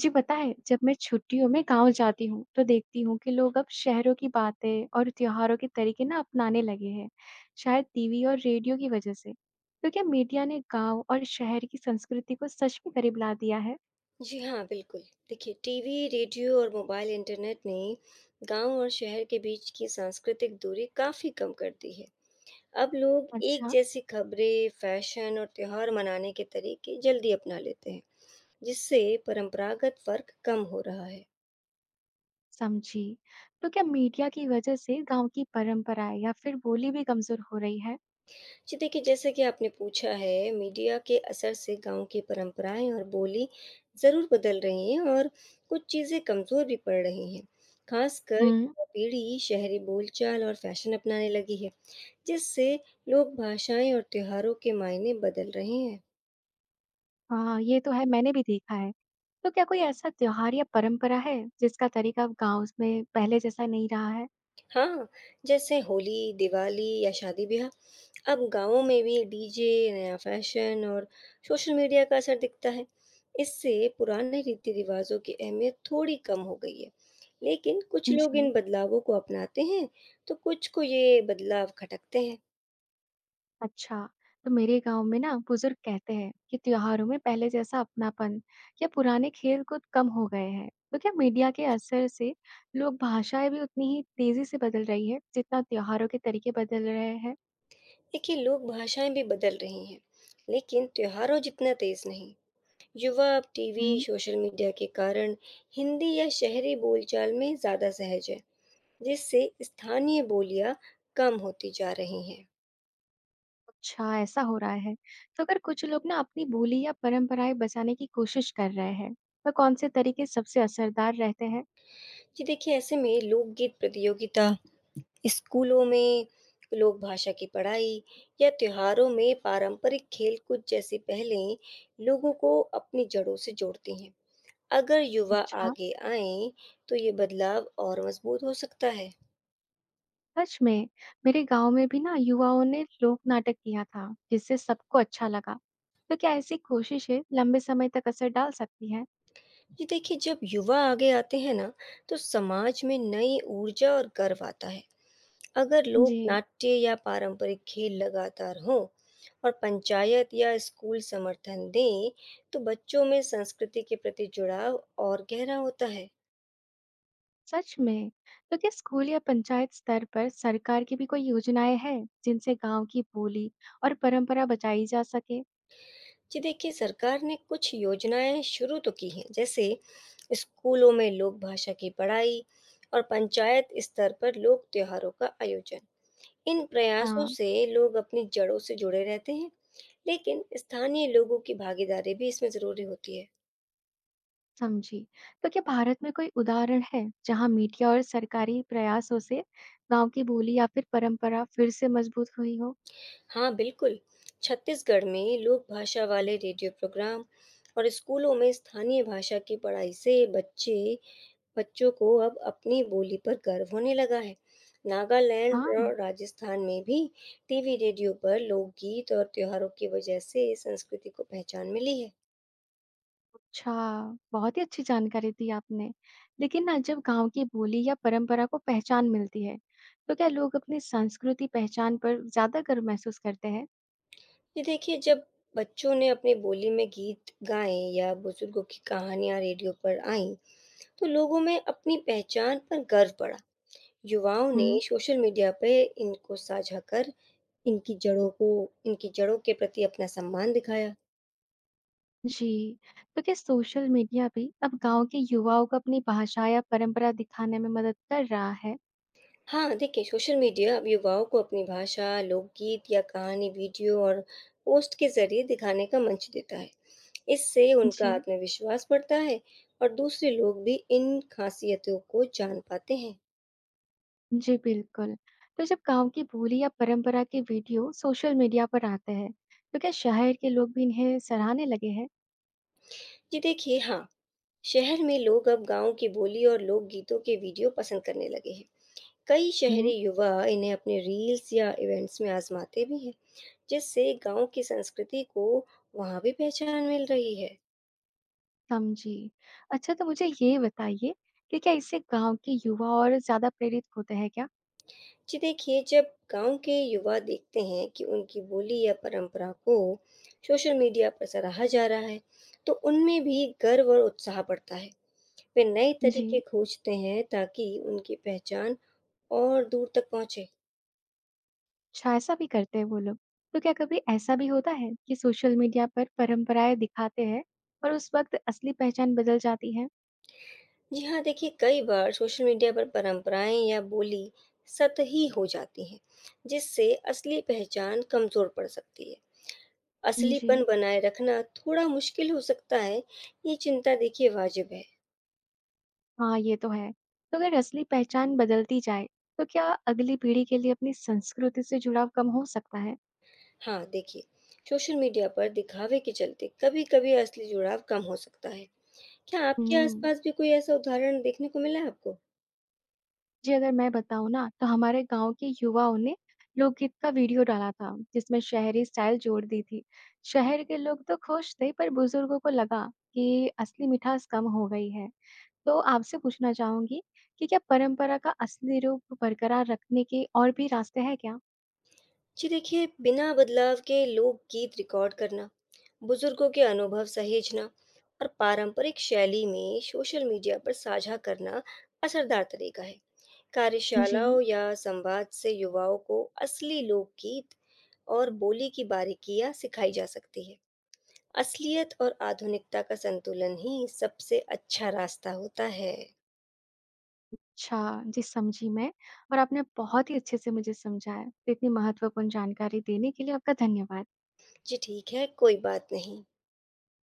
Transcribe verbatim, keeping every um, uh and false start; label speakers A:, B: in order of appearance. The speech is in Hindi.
A: जी, पता है जब मैं छुट्टियों में गाँव जाती हूँ तो देखती हूँ कि लोग अब शहरों की बातें और त्योहारों के तरीके ना अपनाने लगे हैं, शायद टीवी और रेडियो की वजह से। तो क्या मीडिया ने गाँव और शहर की संस्कृति को सच में करीब ला दिया है?
B: जी हाँ, बिल्कुल। देखिए टीवी, रेडियो और मोबाइल इंटरनेट ने गाँव और शहर के बीच की सांस्कृतिक दूरी काफ़ी कम कर दी है। अब लोग एक
A: अच्छा,
B: जैसी खबरें, फैशन और त्योहार मनाने के तरीके जल्दी अपना लेते हैं, जिससे परंपरागत फ़र्क कम हो रहा है।
A: समझी। तो क्या मीडिया की वजह से गाँव की परंपराएं या फिर बोली भी कमजोर हो रही है?
B: जी देखिए, जैसे कि आपने पूछा है, मीडिया के असर से गाँव की परंपराएं और बोली ज़रूर बदल रही हैं और कुछ चीज़ें कमज़ोर भी पड़ रही हैं। खासकर
A: हुँ,
B: युवा पीढ़ी शहरी बोलचाल और फैशन अपनाने लगी है। जिससे लोक भाषाएँ और त्योहारों के मायने बदल रहे हैं।
A: हाँ, ये तो है, मैंने भी देखा है। तो क्या कोई ऐसा त्योहार या परंपरा है जिसका तरीका अब गाँव में पहले जैसा नहीं रहा है?
B: हाँ, जैसे होली, दिवाली या शादी-ब्याह अब गाँवों में भी डीजे, नया फैशन और सोशल मीडिया का असर दिखता है। इससे पुराने रीति-रिवाज़ों की अहमियत थोड़ी कम हो गई है। लेकिन कुछ लोग इन
A: जी।
B: बदलावों को अपनाते हैं, तो कुछ को ये बदलाव खटकते हैं।
A: अच्छा, तो मेरे गांव में ना बुजुर्ग कहते हैं कि त्योहारों में पहले जैसा अपनापन या पुराने खेल कूद कम हो गए हैं। तो क्या मीडिया के असर से लोग भाषाएं भी उतनी ही तेजी से बदल रही है जितना त्योहारों के तरीके बदल रहे हैं?
B: देखिए, लोक भाषाएँ भी बदल रही हैं, लेकिन त्योहारों जितना तेज़ नहीं। युवा अब टीवी,
A: हम्म
B: सोशल मीडिया के कारण हिंदी या शहरी बोलचाल में ज़्यादा सहज है, जिससे स्थानीय बोलियां कम होती जा रही हैं।
A: अच्छा ऐसा हो रहा है। तो अगर कुछ लोग ना अपनी बोली या परंपराएं बचाने की कोशिश कर रहे हैं तो कौन से तरीके सबसे असरदार रहते हैं?
B: जी देखिए, ऐसे में लोकगीत प्रतियोगिता, स्कूलों में लोक भाषा की पढ़ाई या त्योहारों में पारंपरिक खेलकूद जैसी पहलें लोगों को अपनी जड़ों से जोड़ती हैं। अगर युवा
A: अच्छा।
B: आगे आए, तो ये बदलाव और मजबूत हो सकता है।
A: सच में, मेरे गांव में भी ना युवाओं ने लोक नाटक किया था जिससे सबको अच्छा लगा। तो क्या ऐसी कोशिशें लंबे समय तक असर डाल सकती हैं?
B: जी देखिए, जब युवा आगे आते हैं ना, तो समाज में नई ऊर्जा और गर्व आता है। अगर लोग
A: जी।
B: नाट्य या पारंपरिक खेल लगातार हों और पंचायत या स्कूल समर्थन दें, तो बच्चों में संस्कृति के प्रति जुड़ाव और गहरा होता है।
A: सच में। तो क्या स्कूल या पंचायत स्तर पर सरकार की भी कोई योजनाएं हैं जिनसे गांव की बोली और परंपरा बचाई जा सके?
B: जी देखिए, सरकार ने कुछ योजनाएं शुरू तो की हैं, जैसे स्कूलों में लोक भाषा की पढ़ाई और पंचायत स्तर पर लोक त्योहारों का आयोजन। इन प्रयासों
A: हाँ।
B: से लोग अपनी जड़ों से जुड़े रहते हैं, लेकिन स्थानीय लोगों की भागीदारी भी इसमें ज़रूरी होती है।
A: समझी। तो क्या भारत में कोई उदाहरण है जहां मीडिया और सरकारी प्रयासों से गांव की बोली या फिर परंपरा फिर से मजबूत हुई हो?
B: हाँ, बिल्कुल। छत्तीसगढ़ में लोक भाषा वाले रेडियो प्रोग्राम और स्कूलों में स्थानीय भाषा की पढ़ाई से बच्चे बच्चों को अब अपनी बोली पर गर्व होने लगा है। नागालैंड
A: हाँ।
B: और राजस्थान में भी टीवी, रेडियो पर लोकगीत और त्योहारों की वजह से इस संस्कृति को पहचान मिली है।
A: अच्छा, बहुत ही अच्छी जानकारी दी आपने। लेकिन ना जब गाँव की बोली या परंपरा को पहचान मिलती है, तो क्या लोग अपनी संस्कृति पहचान पर ज़्यादा गर्व महसूस करते हैं?
B: ये देखिए, जब बच्चों ने अपनी बोली में गीत गाएँ या बुजुर्गों की कहानियाँ रेडियो पर आईं, तो लोगों में अपनी पहचान पर गर्व बढ़ा। युवाओं ने
A: हम्म
B: सोशल मीडिया पे इनको साझा कर इनकी जड़ों को इनकी जड़ों के प्रति अपना सम्मान दिखाया।
A: जी। तो क्या सोशल मीडिया भी अब गांव के युवाओं को अपनी भाषा या परंपरा दिखाने में मदद कर रहा है?
B: हाँ, देखिए सोशल मीडिया अब युवाओं को अपनी भाषा, लोकगीत या कहानी, वीडियो और पोस्ट के ज़रिए दिखाने का मंच देता है। इससे उनका
A: जी,
B: आत्मविश्वास बढ़ता है और दूसरे लोग भी इन खासियतों को जान पाते हैं।
A: जी बिल्कुल। तो जब गांव की बोली या परंपरा के वीडियो सोशल मीडिया पर आते हैं, तो क्या शहर के लोग भी इन्हें सराहने लगे हैं?
B: जी देखिए, हाँ, शहर में लोग अब गाँव की बोली और लोकगीतों के वीडियो पसंद करने लगे हैं। कई शहरी
A: हम्म
B: युवा इन्हें अपने रील्स या इवेंट्स में आजमाते भी हैं, जिससे गांव की संस्कृति को वहां भी पहचान मिल रही है।
A: समझी। अच्छा, तो मुझे ये बताइए कि क्या इससे गाँव के युवा और ज़्यादा प्रेरित होते हैं क्या?
B: जी देखिए, जब गांव के युवा देखते हैं कि उनकी बोली या परंपरा को सोशल मीडिया पर सराहा जा रहा है, तो उनमें भी गर्व और उत्साह बढ़ता है। वे नए
A: जी।
B: तरीके खोजते हैं ताकि उनकी पहचान और दूर तक पहुंचे।
A: अच्छा, ऐसा भी करते हैं वो लोग। तो क्या कभी ऐसा भी होता है कि सोशल मीडिया पर परंपराएँ दिखाते हैं और उस वक़्त असली पहचान बदल जाती है?
B: जी हाँ, देखिए कई बार सोशल मीडिया पर परंपराएं या बोली सतही हो जाती हैं, जिससे असली पहचान कमजोर पड़ सकती है।
A: जी।
B: असलीपन बनाए रखना थोड़ा मुश्किल हो सकता है, ये चिंता देखिए वाजिब है।
A: हाँ, ये तो है। तो अगर असली पहचान बदलती जाए, तो क्या अगली पीढ़ी के लिए अपनी संस्कृति से जुड़ाव कम हो सकता है?
B: हाँ, देखिए सोशल मीडिया पर दिखावे के चलते कभी-कभी असली जुड़ाव कम हो सकता है। क्या आपके
A: हुँ।
B: आसपास भी कोई ऐसा उदाहरण देखने को मिला है आपको?
A: जी, अगर मैं बताऊँ ना तो हमारे गाँव के युवाओं ने लोकगीत का वीडियो डाला था जिसमें शहरी स्टाइल जोड़ दी थी। शहर के लोग तो खुश थे पर बुजुर्गों को लगा कि असली मिठास कम हो गई है। तो आपसे पूछना चाहूंगी कि क्या परंपरा का असली रूप बरकरार रखने के और भी रास्ते हैं क्या?
B: जी देखिए, बिना बदलाव के लोकगीत रिकॉर्ड करना, बुजुर्गों के अनुभव सहेजना और पारंपरिक शैली में सोशल मीडिया पर साझा करना असरदार तरीका है।
A: जी,
B: कार्यशालाओं या संवाद से युवाओं को असली लोकगीत और बोली की बारीकियां सिखाई जा सकती है। असलियत और आधुनिकता का संतुलन ही सबसे अच्छा रास्ता होता है।
A: अच्छा, जी समझी मैं और आपने बहुत ही अच्छे से मुझे समझाया। तो इतनी महत्वपूर्ण जानकारी देने के लिए आपका धन्यवाद।
B: जी ठीक है, कोई बात नहीं।